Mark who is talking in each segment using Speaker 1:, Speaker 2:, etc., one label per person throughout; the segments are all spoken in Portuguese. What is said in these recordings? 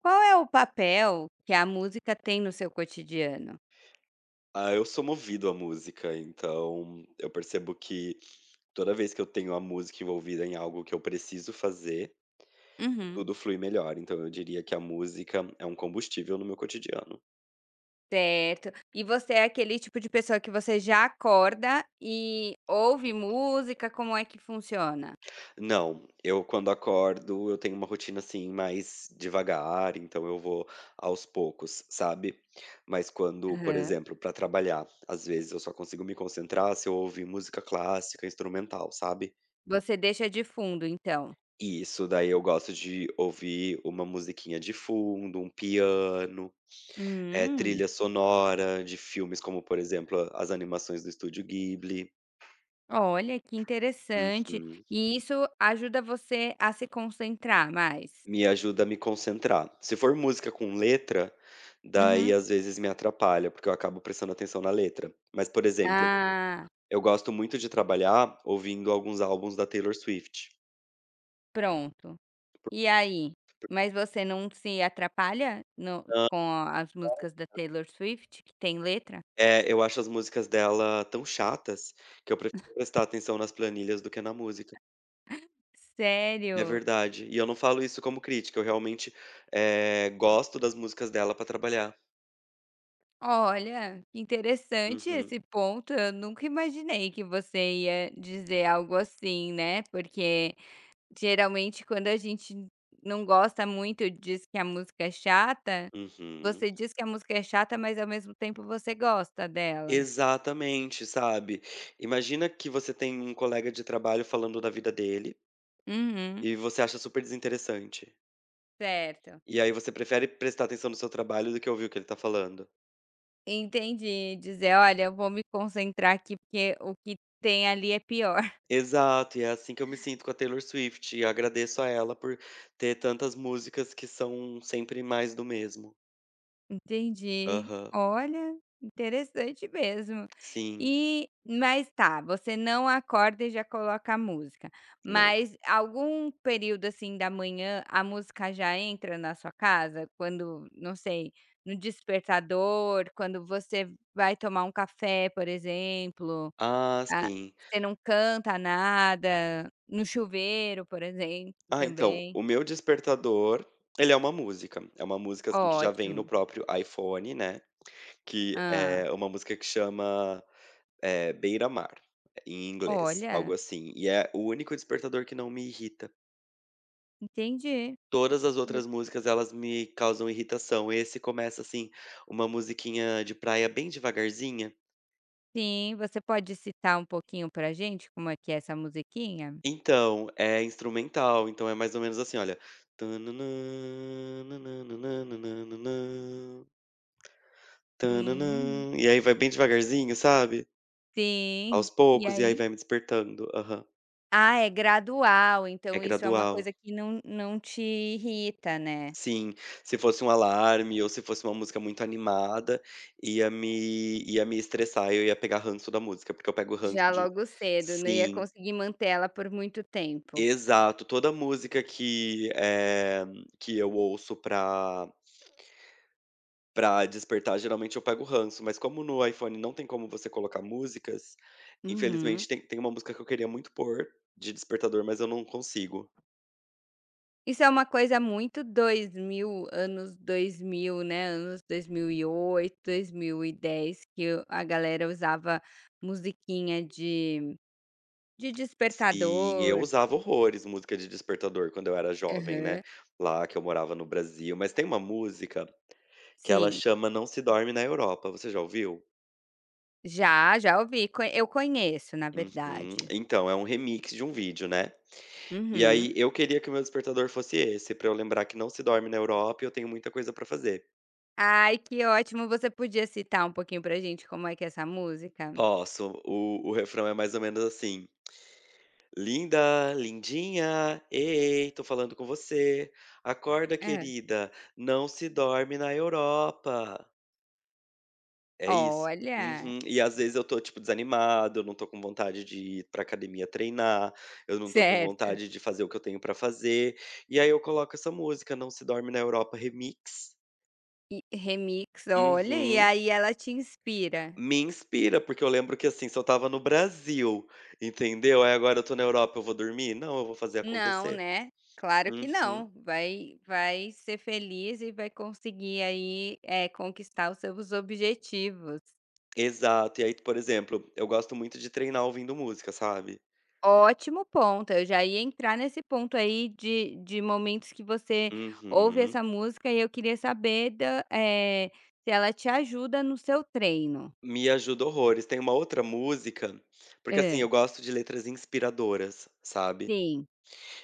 Speaker 1: Qual é o papel que a música tem no seu cotidiano?
Speaker 2: Ah, eu sou movido à música, então eu percebo que toda vez que eu tenho a música envolvida em algo que eu preciso fazer,
Speaker 1: Uhum.
Speaker 2: tudo flui melhor. Então eu diria que a música é um combustível no meu cotidiano.
Speaker 1: Certo. E você é aquele tipo de pessoa que você já acorda e ouve música, como é que funciona?
Speaker 2: Não, eu quando acordo, eu tenho uma rotina assim mais devagar, então eu vou aos poucos, sabe? Mas quando, por
Speaker 1: Aham.
Speaker 2: exemplo, para trabalhar, às vezes eu só consigo me concentrar se eu ouvir música clássica, instrumental, sabe?
Speaker 1: Você deixa de fundo, então?
Speaker 2: E isso, daí eu gosto de ouvir uma musiquinha de fundo, um piano,
Speaker 1: Hum,
Speaker 2: trilha sonora de filmes como, por exemplo, as animações do Estúdio Ghibli.
Speaker 1: olha que interessante.
Speaker 2: Uhum.
Speaker 1: E isso ajuda você a se concentrar mais?
Speaker 2: Me ajuda a me concentrar. Se for música com letra, daí
Speaker 1: Uhum.
Speaker 2: às vezes me atrapalha, porque eu acabo prestando atenção na letra. Mas, por exemplo,
Speaker 1: Ah,
Speaker 2: eu gosto muito de trabalhar ouvindo alguns álbuns da Taylor Swift.
Speaker 1: pronto. E aí? Mas você não se atrapalha no
Speaker 2: Hã,
Speaker 1: com as músicas da Taylor Swift, que tem letra?
Speaker 2: é, eu acho as músicas dela tão chatas, que eu prefiro prestar atenção nas planilhas do que na música. É
Speaker 1: Sério?
Speaker 2: verdade. E eu não falo isso como crítica, eu realmente, gosto das músicas dela pra trabalhar.
Speaker 1: Olha, que interessante
Speaker 2: Uhum,
Speaker 1: esse ponto, eu nunca imaginei que você ia dizer algo assim, né, porque geralmente quando a gente não gosta muito e diz que a música é chata,
Speaker 2: uhum.
Speaker 1: você diz que a música é chata, mas ao mesmo tempo você gosta dela.
Speaker 2: Exatamente, sabe? Imagina que você tem um colega de trabalho falando da vida dele,
Speaker 1: Uhum,
Speaker 2: e você acha super desinteressante.
Speaker 1: certo.
Speaker 2: E aí você prefere prestar atenção no seu trabalho do que ouvir o que ele tá falando.
Speaker 1: Entendi. Dizer: "Olha, eu vou me concentrar aqui, porque o que tem ali é pior".
Speaker 2: Exato, e é assim que eu me sinto com a Taylor Swift, e agradeço a ela por ter tantas músicas que são sempre mais do mesmo.
Speaker 1: Entendi.
Speaker 2: Aham.
Speaker 1: Olha, interessante mesmo.
Speaker 2: Sim.
Speaker 1: E mas tá, você não acorda e já coloca a música,
Speaker 2: Não.
Speaker 1: mas algum período, assim, da manhã, a música já entra na sua casa? Quando, não sei, no despertador, quando você vai tomar um café, por exemplo?
Speaker 2: Ah,
Speaker 1: Ah,
Speaker 2: sim.
Speaker 1: você não canta nada, no chuveiro, por exemplo,
Speaker 2: Ah, então,
Speaker 1: também.
Speaker 2: o meu despertador, ele é uma música. É uma música, assim, que já vem no
Speaker 1: Ótimo.
Speaker 2: próprio iPhone, né, que
Speaker 1: Ah,
Speaker 2: é uma música que chama, Beira-Mar, em inglês, algo
Speaker 1: olha,
Speaker 2: assim. E é o único despertador que não me irrita.
Speaker 1: entendi.
Speaker 2: Todas as
Speaker 1: Vo
Speaker 2: outras músicas, elas me causam irritação. Esse começa, assim, uma musiquinha de praia bem devagarzinha.
Speaker 1: Sim, você pode citar um pouquinho pra gente como é que é essa musiquinha?
Speaker 2: Então, é instrumental, então é mais ou menos assim, olha. Tã.
Speaker 1: Hum,
Speaker 2: E aí vai bem devagarzinho, sabe,
Speaker 1: sim.
Speaker 2: aos
Speaker 1: E
Speaker 2: poucos, e aí
Speaker 1: aí?
Speaker 2: vai me despertando. Aham.
Speaker 1: Ah, é gradual,
Speaker 2: É
Speaker 1: então isso é uma
Speaker 2: gradual.
Speaker 1: coisa que não te irrita, né?
Speaker 2: Sim, se fosse um alarme ou se fosse uma música muito animada, ia me estressar, eu ia pegar ranço da música, porque eu pego ranço
Speaker 1: Já
Speaker 2: de.
Speaker 1: logo cedo, não ia
Speaker 2: Sim,
Speaker 1: conseguir manter ela por muito tempo.
Speaker 2: exato. Toda música que eu ouço pra. Despertar, geralmente eu pego ranço, mas como no iPhone não tem como você colocar músicas,
Speaker 1: Uhum.
Speaker 2: infelizmente tem uma música que eu queria muito pôr de despertador, mas eu não consigo.
Speaker 1: Isso é uma coisa muito 2000, anos 2000, né, anos dois mil e oito, 2010, que o a galera usava musiquinha de
Speaker 2: Sim, eu
Speaker 1: despertador.
Speaker 2: usava horrores música de despertador quando eu era jovem, né,
Speaker 1: Aham.
Speaker 2: lá que eu morava no Brasil, mas tem uma música que ela
Speaker 1: Sim.
Speaker 2: chama Não Se Dorme na Europa, você já ouviu?
Speaker 1: Já, já ouvi, co eu conheço, na
Speaker 2: Uhum.
Speaker 1: verdade.
Speaker 2: Então, é um remix de um vídeo, né. E
Speaker 1: Uhum.
Speaker 2: aí eu queria que o meu despertador fosse esse, pra eu lembrar que não se dorme na Europa e eu tenho muita coisa pra fazer.
Speaker 1: Ai, que ótimo. Você podia citar um pouquinho pra gente como é que é essa música?
Speaker 2: Posso. O refrão é mais ou menos assim: "Linda, lindinha, ei, tô falando com você. Acorda
Speaker 1: Hã.
Speaker 2: querida, não se dorme na Europa". É isso.
Speaker 1: Olha!
Speaker 2: Uhum. E às vezes eu tô, tipo, desanimado, eu não tô com vontade de ir pra academia treinar, eu não tô com
Speaker 1: Certo.
Speaker 2: vontade de fazer o que eu tenho pra fazer, e aí eu coloco essa música, "Não se dorme na Europa remix".
Speaker 1: E remix, olha, e
Speaker 2: Uhum.
Speaker 1: aí ela te inspira?
Speaker 2: Me inspira, porque eu lembro que, assim, se eu tava no Brasil, entendeu? Aí agora eu tô na Europa, eu vou dormir? Não, eu vou fazer
Speaker 1: Não,
Speaker 2: acontecer.
Speaker 1: né, claro que
Speaker 2: Uhum.
Speaker 1: não. Vai ser feliz e vai conseguir aí, conquistar os seus objetivos.
Speaker 2: Exato. E aí, por exemplo, eu gosto muito de treinar ouvindo música, sabe?
Speaker 1: Ótimo ponto, eu já ia entrar nesse ponto aí de momentos que você ouve
Speaker 2: Uhum.
Speaker 1: essa música e eu queria saber da se ela te ajuda no seu treino.
Speaker 2: Me ajuda horrores. Tem uma outra música, porque assim,
Speaker 1: Hã,
Speaker 2: eu gosto de letras inspiradoras, sabe?
Speaker 1: sim,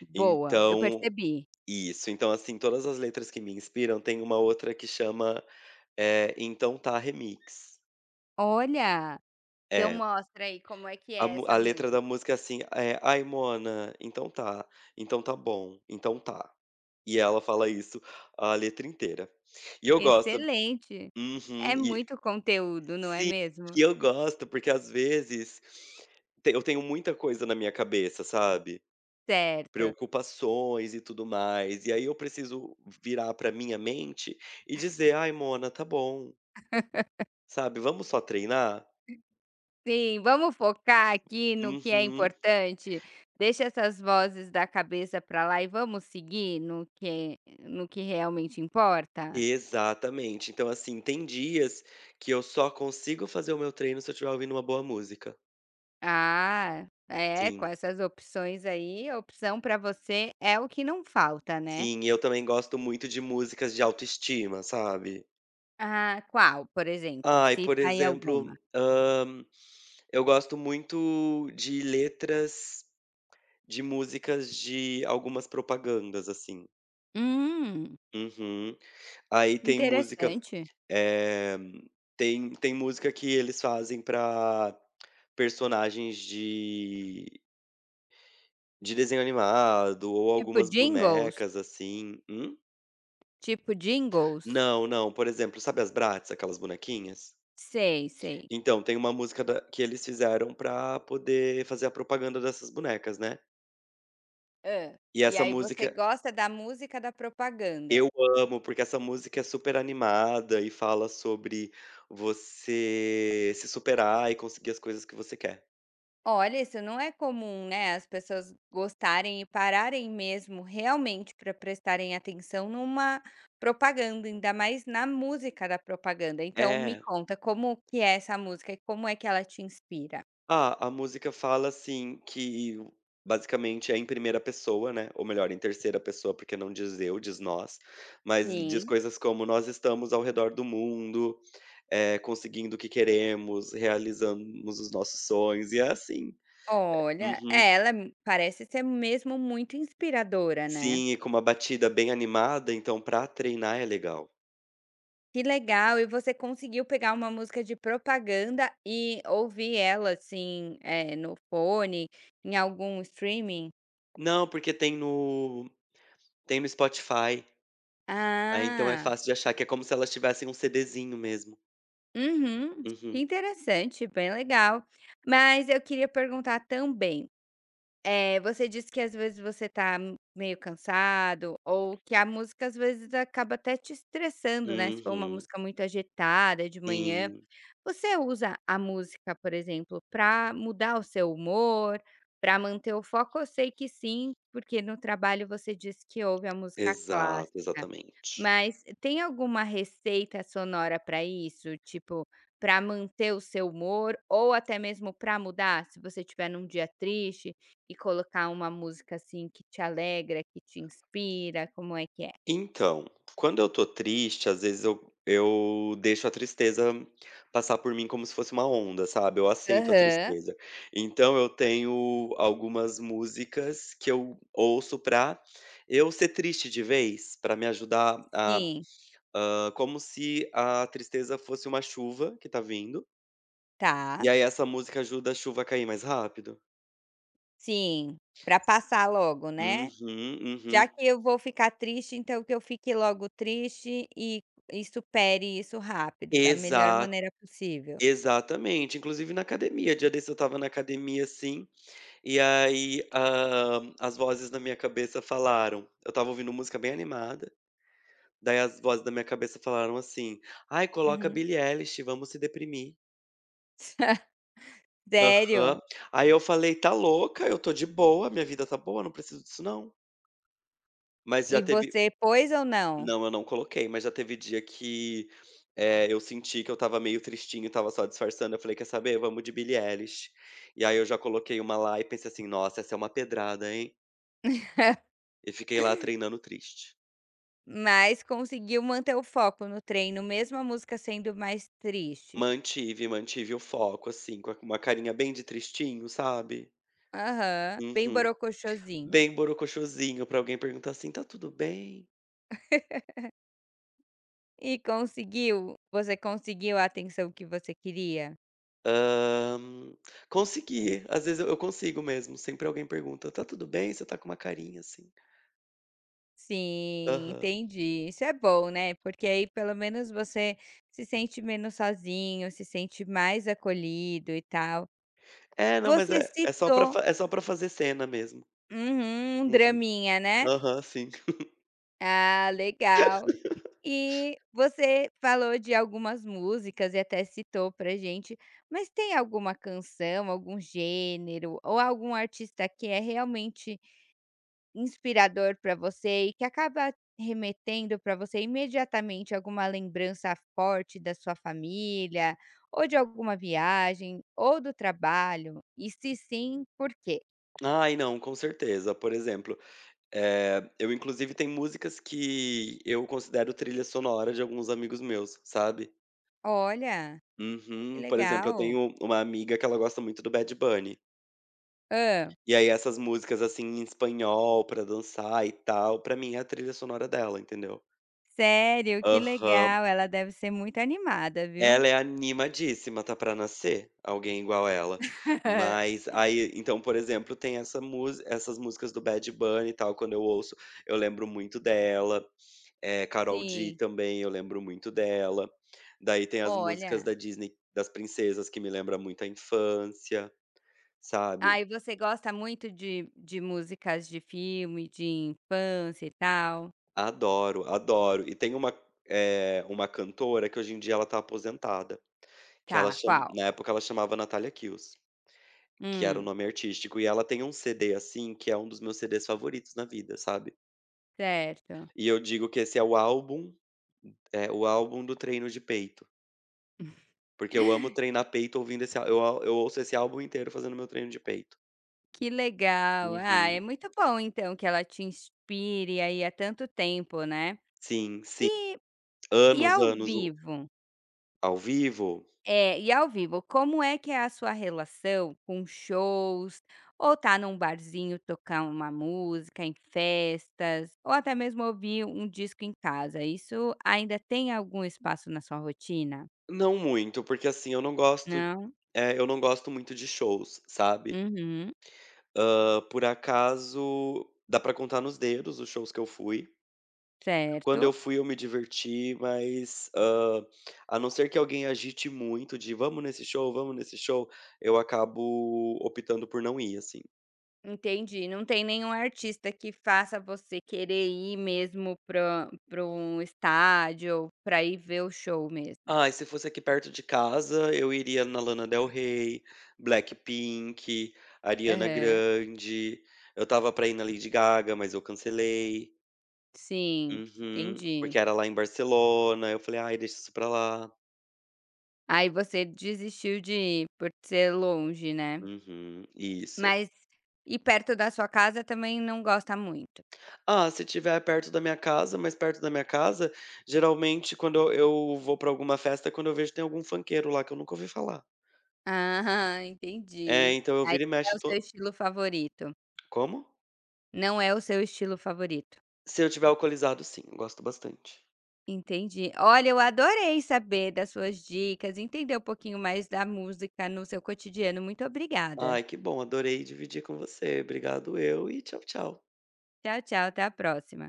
Speaker 1: boa, eu
Speaker 2: Então,
Speaker 1: percebi.
Speaker 2: isso. Então, assim, todas as letras que me inspiram, tem uma outra que chama, Então Tá Remix.
Speaker 1: Olha, então
Speaker 2: É.
Speaker 1: mostra aí como é que
Speaker 2: A
Speaker 1: é
Speaker 2: mu
Speaker 1: essa
Speaker 2: a letra da
Speaker 1: música.
Speaker 2: música é assim, é "Ai, Mona, então tá bom, então tá". E ela fala isso a letra inteira. E eu gosto.
Speaker 1: Excelente,
Speaker 2: Uhum.
Speaker 1: é
Speaker 2: E
Speaker 1: muito conteúdo, não é
Speaker 2: sim,
Speaker 1: mesmo?
Speaker 2: e eu gosto, porque às vezes te eu tenho muita coisa na minha cabeça, sabe,
Speaker 1: Certo.
Speaker 2: preocupações e tudo mais, e aí eu preciso virar pra minha mente e dizer: "Ai, Mona, tá bom, sabe, vamos só treinar?".
Speaker 1: Sim, vamos focar aqui no que é
Speaker 2: Uhum.
Speaker 1: importante. Deixa essas vozes da cabeça para lá e vamos seguir no que realmente importa?
Speaker 2: Exatamente. Então, assim, tem dias que eu só consigo fazer o meu treino se eu estiver ouvindo uma boa música.
Speaker 1: Ah, é, com
Speaker 2: Sim,
Speaker 1: essas opções aí, a opção para você é o que não falta, né?
Speaker 2: sim, e eu também gosto muito de músicas de autoestima, sabe?
Speaker 1: Ah, qual, por exemplo?
Speaker 2: Ai, por
Speaker 1: Cita aí alguma.
Speaker 2: exemplo, eu gosto muito de letras de músicas de algumas propagandas, assim.
Speaker 1: Hum,
Speaker 2: Uhum. Aí tem música,
Speaker 1: interessante.
Speaker 2: eh, tem música que eles fazem pra personagens de. Desenho animado ou
Speaker 1: Tipo
Speaker 2: algumas
Speaker 1: jingles?
Speaker 2: bonecas, assim. Hum?
Speaker 1: Tipo jingles?
Speaker 2: Não, não, por exemplo, sabe as Bratz, aquelas bonequinhas?
Speaker 1: Sei, sei.
Speaker 2: Então, tem uma música da que eles fizeram pra poder fazer a propaganda dessas bonecas, né.
Speaker 1: Ah,
Speaker 2: E
Speaker 1: e
Speaker 2: essa
Speaker 1: aí você
Speaker 2: música
Speaker 1: gosta da música da propaganda.
Speaker 2: eu amo, porque essa música é super animada e fala sobre você se superar e conseguir as coisas que você quer.
Speaker 1: Olha, isso não é comum, né, as pessoas gostarem e pararem mesmo realmente para prestarem atenção numa propaganda, ainda mais na música da propaganda. Então me
Speaker 2: É.
Speaker 1: conta como que é essa música e como é que ela te inspira?
Speaker 2: Ah, a música fala assim que basicamente é em primeira pessoa, né, ou melhor, em terceira pessoa, porque não diz eu, diz nós, mas diz
Speaker 1: Sim.
Speaker 2: coisas como nós estamos ao redor do mundo, conseguindo o que queremos, realizamos os nossos sonhos, e é assim.
Speaker 1: Olha,
Speaker 2: Uhum.
Speaker 1: é, ela m parece ser mesmo muito inspiradora, né.
Speaker 2: Sim, e com uma batida bem animada, então pra treinar é legal.
Speaker 1: Que legal, e você conseguiu pegar uma música de propaganda e ouvir ela, assim, no fone, em algum streaming?
Speaker 2: Não, porque tem no Spotify, aí então é
Speaker 1: Ah.
Speaker 2: fácil de achar, que é como se elas tivessem um CDzinho mesmo.
Speaker 1: Uhum. Que
Speaker 2: Uhum.
Speaker 1: interessante, bem legal. Mas eu queria perguntar também, você disse que às vezes você tá meio cansado ou que a música às vezes acaba até te estressando, né, se for uma
Speaker 2: Uhum.
Speaker 1: música muito agitada de manhã.
Speaker 2: Sim.
Speaker 1: Você usa a música, por exemplo, para mudar o seu humor, para manter o foco? Eu sei que sim, porque no trabalho você disse que ouve a música
Speaker 2: Exato,
Speaker 1: clássica.
Speaker 2: exatamente.
Speaker 1: Mas tem alguma receita sonora para isso? Tipo, para manter o seu humor ou até mesmo para mudar, se você estiver num dia triste e colocar uma música, assim, que te alegra, que te inspira, como é que é?
Speaker 2: Então, quando eu tô triste, às vezes eu deixo a tristeza passar por mim como se fosse uma onda, sabe, eu aceito a
Speaker 1: Aham.
Speaker 2: tristeza. Então eu tenho algumas músicas que eu ouço pra eu ser triste de vez, pra me ajudar a,
Speaker 1: Sim,
Speaker 2: como se a tristeza fosse uma chuva que tá vindo,
Speaker 1: tá.
Speaker 2: e aí essa música ajuda a chuva a cair mais rápido.
Speaker 1: Sim, para passar logo, né.
Speaker 2: Uhum,
Speaker 1: Já
Speaker 2: uhum.
Speaker 1: que eu vou ficar triste, então que eu fique logo triste e supere isso rápido, da melhor
Speaker 2: Exato.
Speaker 1: maneira possível.
Speaker 2: Exatamente, inclusive na academia. Dia desse eu estava na academia, assim, e aí, ah, as vozes na minha cabeça falaram, eu estava ouvindo música bem animada, daí as vozes da minha cabeça falaram assim: "Ai, coloca
Speaker 1: Uhum.
Speaker 2: Billie Eilish, vamos se deprimir".
Speaker 1: Sério?
Speaker 2: Aham. Aí eu falei: "Tá louca? Eu tô de boa, minha vida tá boa, não preciso disso não". Mas
Speaker 1: E
Speaker 2: já teve.
Speaker 1: você pôs ou não?
Speaker 2: Não, eu não coloquei, mas já teve dia que, eu senti que eu estava meio tristinho e estava só disfarçando, eu falei: "Quer saber? Vamos de Billie Eilish". E aí eu já coloquei uma lá e pensei assim: "Nossa, essa é uma pedrada, hein". E fiquei lá treinando triste.
Speaker 1: Mas conseguiu manter o foco no treino, mesmo a música sendo mais triste.
Speaker 2: Mantive, mantive o foco, assim, com uma carinha bem de tristinho, sabe?
Speaker 1: Aham, bem
Speaker 2: Uhum.
Speaker 1: borocochosinho.
Speaker 2: Bem borocochosinho pra alguém perguntar assim: "Tá tudo bem?".
Speaker 1: E conseguiu? Você conseguiu a atenção que você queria?
Speaker 2: Hã, consegui, às vezes eu consigo mesmo, sempre alguém pergunta: "Tá tudo bem?". Você tá com uma carinha assim.
Speaker 1: Sim,
Speaker 2: Aham.
Speaker 1: entendi. Isso é bom, né, porque aí pelo menos você se sente menos sozinho, se sente mais acolhido e tal.
Speaker 2: É, não, mas
Speaker 1: Você
Speaker 2: é é só pra
Speaker 1: citou
Speaker 2: fa é só pra fazer cena mesmo.
Speaker 1: uhum, um
Speaker 2: Uhum.
Speaker 1: draminha, né?
Speaker 2: Aham, sim.
Speaker 1: Ah, legal. E você falou de algumas músicas e até citou pra gente, mas tem alguma canção, algum gênero ou algum artista que é realmente inspirador pra você e que acaba remetendo pra você imediatamente alguma lembrança forte da sua família, ou de alguma viagem, ou do trabalho? E se sim, por quê?
Speaker 2: Ai, não, com certeza. Por exemplo, eu inclusive tem músicas que eu considero trilha sonora de alguns amigos meus, sabe.
Speaker 1: Olha, que
Speaker 2: Uhum. Por exemplo, eu
Speaker 1: legal.
Speaker 2: tenho uma amiga que ela gosta muito do Bad Bunny,
Speaker 1: Hã.
Speaker 2: e aí essas músicas, assim, em espanhol pra dançar e tal, pra mim é a trilha sonora dela, entendeu.
Speaker 1: Sério, que
Speaker 2: Aham.
Speaker 1: legal, ela deve ser muito animada, viu?
Speaker 2: Ela é animadíssima, tá pra nascer alguém igual ela. Mas aí então, por exemplo, tem essas músicas do Bad Bunny e tal, quando eu ouço, eu lembro muito dela. Karol G
Speaker 1: Sim,
Speaker 2: também, eu lembro muito dela. Daí tem as músicas
Speaker 1: olha.
Speaker 2: da Disney, das princesas, que me lembra muito a infância, sabe.
Speaker 1: Ah, e você gosta muito de músicas de filme, de infância e tal?
Speaker 2: Adoro, adoro. E tem uma, uma cantora que hoje em dia ela tá aposentada, que ela
Speaker 1: Tá,
Speaker 2: chama
Speaker 1: qual?
Speaker 2: na época ela chamava Natalia Kills. Que era o
Speaker 1: Hum,
Speaker 2: nome artístico. E ela tem um CD, assim, que é um dos meus CDs favoritos na vida, sabe.
Speaker 1: certo.
Speaker 2: E eu digo que esse é o álbum do treino de peito, porque eu amo treinar peito ouvindo esse al eu ouço esse álbum inteiro fazendo meu treino de peito.
Speaker 1: Que legal. Ah, é
Speaker 2: Uhum.
Speaker 1: muito bom então que ela te inspire aí há tanto tempo, né.
Speaker 2: Sim, sim.
Speaker 1: E e
Speaker 2: Anos,
Speaker 1: ao
Speaker 2: anos. O
Speaker 1: vivo?
Speaker 2: Ao vivo?
Speaker 1: É, e ao vivo, como é que é a sua relação com shows, ou tá num barzinho tocar uma música em festas, ou até mesmo ouvir um disco em casa, isso ainda tem algum espaço na sua rotina?
Speaker 2: Não muito, porque, assim, eu não gosto,
Speaker 1: Não?
Speaker 2: eu não gosto muito de shows, sabe.
Speaker 1: Uhum,
Speaker 2: Por acaso, dá pra contar nos dedos os shows que eu fui. Quando eu
Speaker 1: certo.
Speaker 2: fui, eu me diverti, mas, a não ser que alguém agite muito de: vamos nesse show", eu acabo optando por não ir, assim.
Speaker 1: Entendi, não tem nenhum artista que faça você querer ir mesmo pra um estádio, pra ir ver o show mesmo.
Speaker 2: Ah, e se fosse aqui perto de casa, eu iria na Lana Del Rey, Blackpink, Ariana
Speaker 1: Aham,
Speaker 2: Grande. Eu tava pra ir na Lady Gaga, mas eu cancelei.
Speaker 1: sim,
Speaker 2: Uhum.
Speaker 1: entendi.
Speaker 2: Porque era lá em Barcelona, eu falei: "Ai, deixa isso pra lá".
Speaker 1: Aí você desistiu de ir, por ser longe, né.
Speaker 2: Uhum, isso.
Speaker 1: Mas e perto da sua casa também não gosta muito?
Speaker 2: Ah, se tiver perto da minha casa, mais perto da minha casa, geralmente quando eu vou pra alguma festa, é quando eu vejo tem algum funkeiro lá que eu nunca ouvi falar.
Speaker 1: Ah,
Speaker 2: É,
Speaker 1: entendi.
Speaker 2: então eu
Speaker 1: Aí
Speaker 2: viro e
Speaker 1: não é
Speaker 2: mexo
Speaker 1: o seu
Speaker 2: tô
Speaker 1: estilo favorito.
Speaker 2: como?
Speaker 1: Não é o seu estilo favorito.
Speaker 2: Se eu tiver alcoolizado, sim, gosto bastante.
Speaker 1: Entendi. Olha, eu adorei saber das suas dicas, entender um pouquinho mais da música no seu cotidiano. Muito obrigada.
Speaker 2: Ai, que bom, adorei dividir com você. Obrigado eu e tchau, tchau.
Speaker 1: Tchau, tchau, até a próxima.